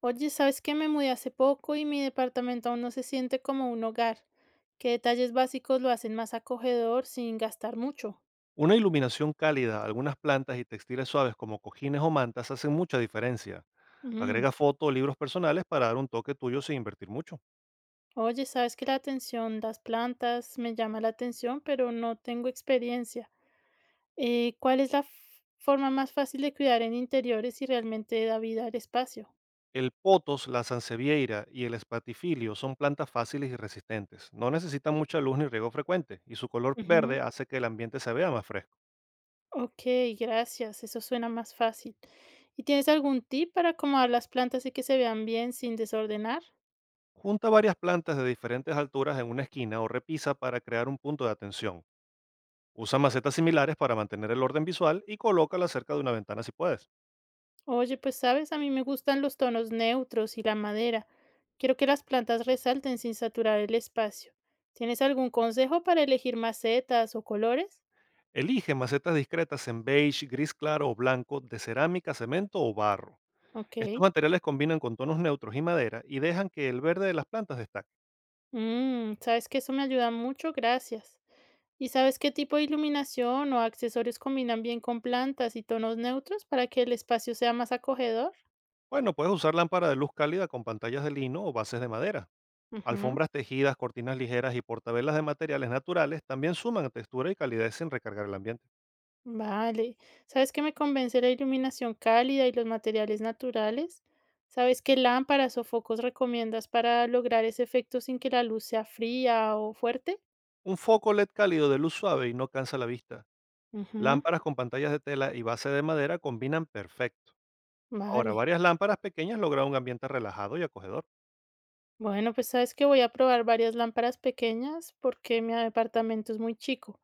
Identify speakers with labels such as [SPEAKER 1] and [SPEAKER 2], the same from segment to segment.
[SPEAKER 1] Oye, ¿sabes qué? Me mudé hace poco y mi departamento aún no se siente como un hogar. ¿Qué detalles básicos lo hacen más acogedor sin gastar mucho?
[SPEAKER 2] Una iluminación cálida, algunas plantas y textiles suaves como cojines o mantas hacen mucha diferencia.
[SPEAKER 1] Mm.
[SPEAKER 2] Agrega fotos o libros personales para dar un toque tuyo sin invertir mucho.
[SPEAKER 1] Oye, ¿sabes que la atención, las plantas, me llama la atención, pero no tengo experiencia? ¿Cuál es la forma más fácil de cuidar en interiores y realmente da vida al espacio?
[SPEAKER 2] El potos, la sansevieria y el espatifilio son plantas fáciles y resistentes. No necesitan mucha luz ni riego frecuente y su color verde
[SPEAKER 1] Ujú.
[SPEAKER 2] hace que el ambiente se vea más fresco.
[SPEAKER 1] Ok, gracias, eso suena más fácil. ¿Y tienes algún tip para acomodar las plantas y que se vean bien sin desordenar?
[SPEAKER 2] Junta varias plantas de diferentes alturas en una esquina o repisa para crear un punto de atención. Usa macetas similares para mantener el orden visual y colócalas cerca de una ventana si puedes.
[SPEAKER 1] Oye, pues sabes, a mí me gustan los tonos neutros y la madera. Quiero que las plantas resalten sin saturar el espacio. ¿Tienes algún consejo para elegir macetas o colores?
[SPEAKER 2] Elige macetas discretas en beige, gris claro o blanco, de cerámica, cemento o barro.
[SPEAKER 1] Ok.
[SPEAKER 2] Estos materiales combinan con tonos neutros y madera y dejan que el verde de las plantas destaque.
[SPEAKER 1] Mm, sabes que eso me ayuda mucho, gracias. ¿Y sabes qué tipo de iluminación o accesorios combinan bien con plantas y tonos neutros para que el espacio sea más acogedor?
[SPEAKER 2] Bueno, puedes usar lámpara de luz cálida con pantallas de lino o bases de madera.
[SPEAKER 1] Ujú.
[SPEAKER 2] Alfombras tejidas, cortinas ligeras y portavelas de materiales naturales también suman textura y calidez sin recargar el ambiente.
[SPEAKER 1] Vale. ¿Sabes qué me convence la iluminación cálida y los materiales naturales? ¿Sabes qué lámparas o focos recomiendas para lograr ese efecto sin que la luz sea fría o fuerte?
[SPEAKER 2] Un foco LED cálido de luz suave y no cansa la vista.
[SPEAKER 1] Ujú,
[SPEAKER 2] Lámparas con pantallas de tela y base de madera combinan perfecto. Ahora,
[SPEAKER 1] vale.
[SPEAKER 2] varias lámparas pequeñas logran un ambiente relajado y acogedor.
[SPEAKER 1] Bueno, pues sabes que voy a probar varias lámparas pequeñas porque mi departamento es muy chico.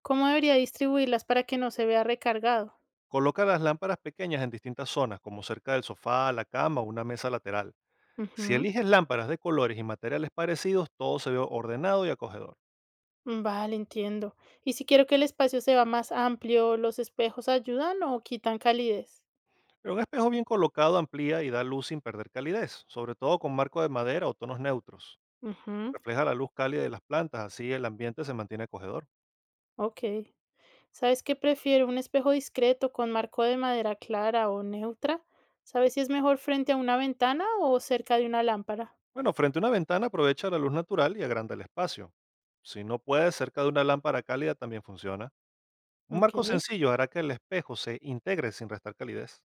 [SPEAKER 1] ¿Cómo debería distribuirlas para que no se vea recargado?
[SPEAKER 2] Coloca las lámparas pequeñas en distintas zonas, como cerca del sofá, la cama o una mesa lateral. Si
[SPEAKER 1] Ujú,
[SPEAKER 2] eliges lámparas de colores y materiales parecidos, todo se ve ordenado y acogedor.
[SPEAKER 1] vale, entiendo. ¿Y si quiero que el espacio se vea más amplio, los espejos ayudan o quitan calidez?
[SPEAKER 2] Pero un espejo bien colocado amplía y da luz sin perder calidez, sobre todo con marco de madera o tonos neutros.
[SPEAKER 1] Ujú,
[SPEAKER 2] Refleja la luz cálida de las plantas, así el ambiente se mantiene acogedor.
[SPEAKER 1] ok. ¿Sabes qué prefiero? ¿Un espejo discreto con marco de madera clara o neutra? ¿Sabes si es mejor frente a una ventana o cerca de una lámpara?
[SPEAKER 2] Bueno, frente a una ventana aprovecha la luz natural y agranda el espacio. Si no puedes, cerca de una lámpara cálida también funciona. Un
[SPEAKER 1] Ok,
[SPEAKER 2] marco sencillo hará que el espejo se integre sin restar calidez.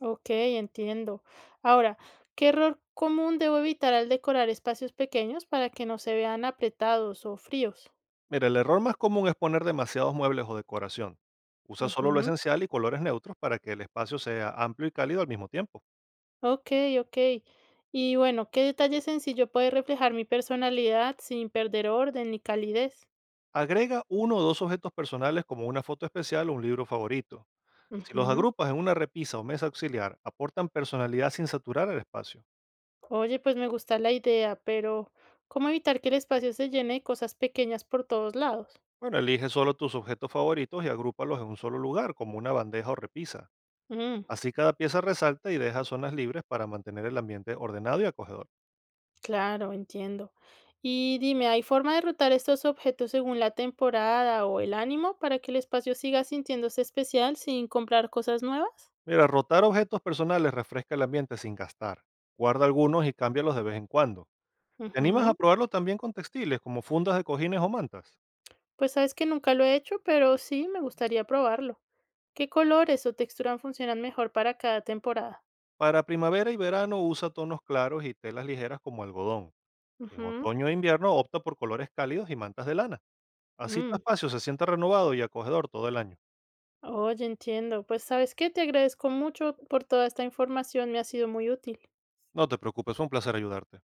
[SPEAKER 1] ok, entiendo. Ahora, ¿qué error común debo evitar al decorar espacios pequeños para que no se vean apretados o fríos?
[SPEAKER 2] Mira, el error más común es poner demasiados muebles o decoración. Usa solo lo
[SPEAKER 1] Ujú,
[SPEAKER 2] esencial y colores neutros para que el espacio sea amplio y cálido al mismo tiempo.
[SPEAKER 1] ok, ok. Y bueno, ¿qué detalle sencillo puede reflejar mi personalidad sin perder orden ni calidez?
[SPEAKER 2] Agrega uno o dos objetos personales como una foto especial o un libro favorito. Si los
[SPEAKER 1] Ujú.
[SPEAKER 2] agrupas en una repisa o mesa auxiliar, aportan personalidad sin saturar el espacio.
[SPEAKER 1] Oye, pues me gusta la idea, pero ¿cómo evitar que el espacio se llene de cosas pequeñas por todos lados?
[SPEAKER 2] Bueno, elige solo tus objetos favoritos y agrúpalos en un solo lugar, como una bandeja o repisa.
[SPEAKER 1] Mm,
[SPEAKER 2] Así cada pieza resalta y deja zonas libres para mantener el ambiente ordenado y acogedor.
[SPEAKER 1] claro, entiendo. Y dime, ¿hay forma de rotar estos objetos según la temporada o el ánimo para que el espacio siga sintiéndose especial sin comprar cosas nuevas?
[SPEAKER 2] Mira, rotar objetos personales refresca el ambiente sin gastar. Guarda algunos y cámbialos de vez en cuando. ¿Te animas a
[SPEAKER 1] Ujú.
[SPEAKER 2] probarlo también con textiles como fundas de cojines o mantas?
[SPEAKER 1] Pues sabes que nunca lo he hecho, pero sí me gustaría probarlo. ¿Qué colores o texturas funcionan mejor para cada temporada?
[SPEAKER 2] Para primavera y verano usa tonos claros y telas ligeras como algodón. En
[SPEAKER 1] Ujú.
[SPEAKER 2] otoño e invierno opta por colores cálidos y mantas de lana. Así tu
[SPEAKER 1] Mm.
[SPEAKER 2] espacio se siente renovado y acogedor todo el año.
[SPEAKER 1] Oye, entiendo. Pues, ¿sabes qué? Te agradezco mucho por toda esta información, me ha sido muy útil.
[SPEAKER 2] No te preocupes, fue un placer ayudarte.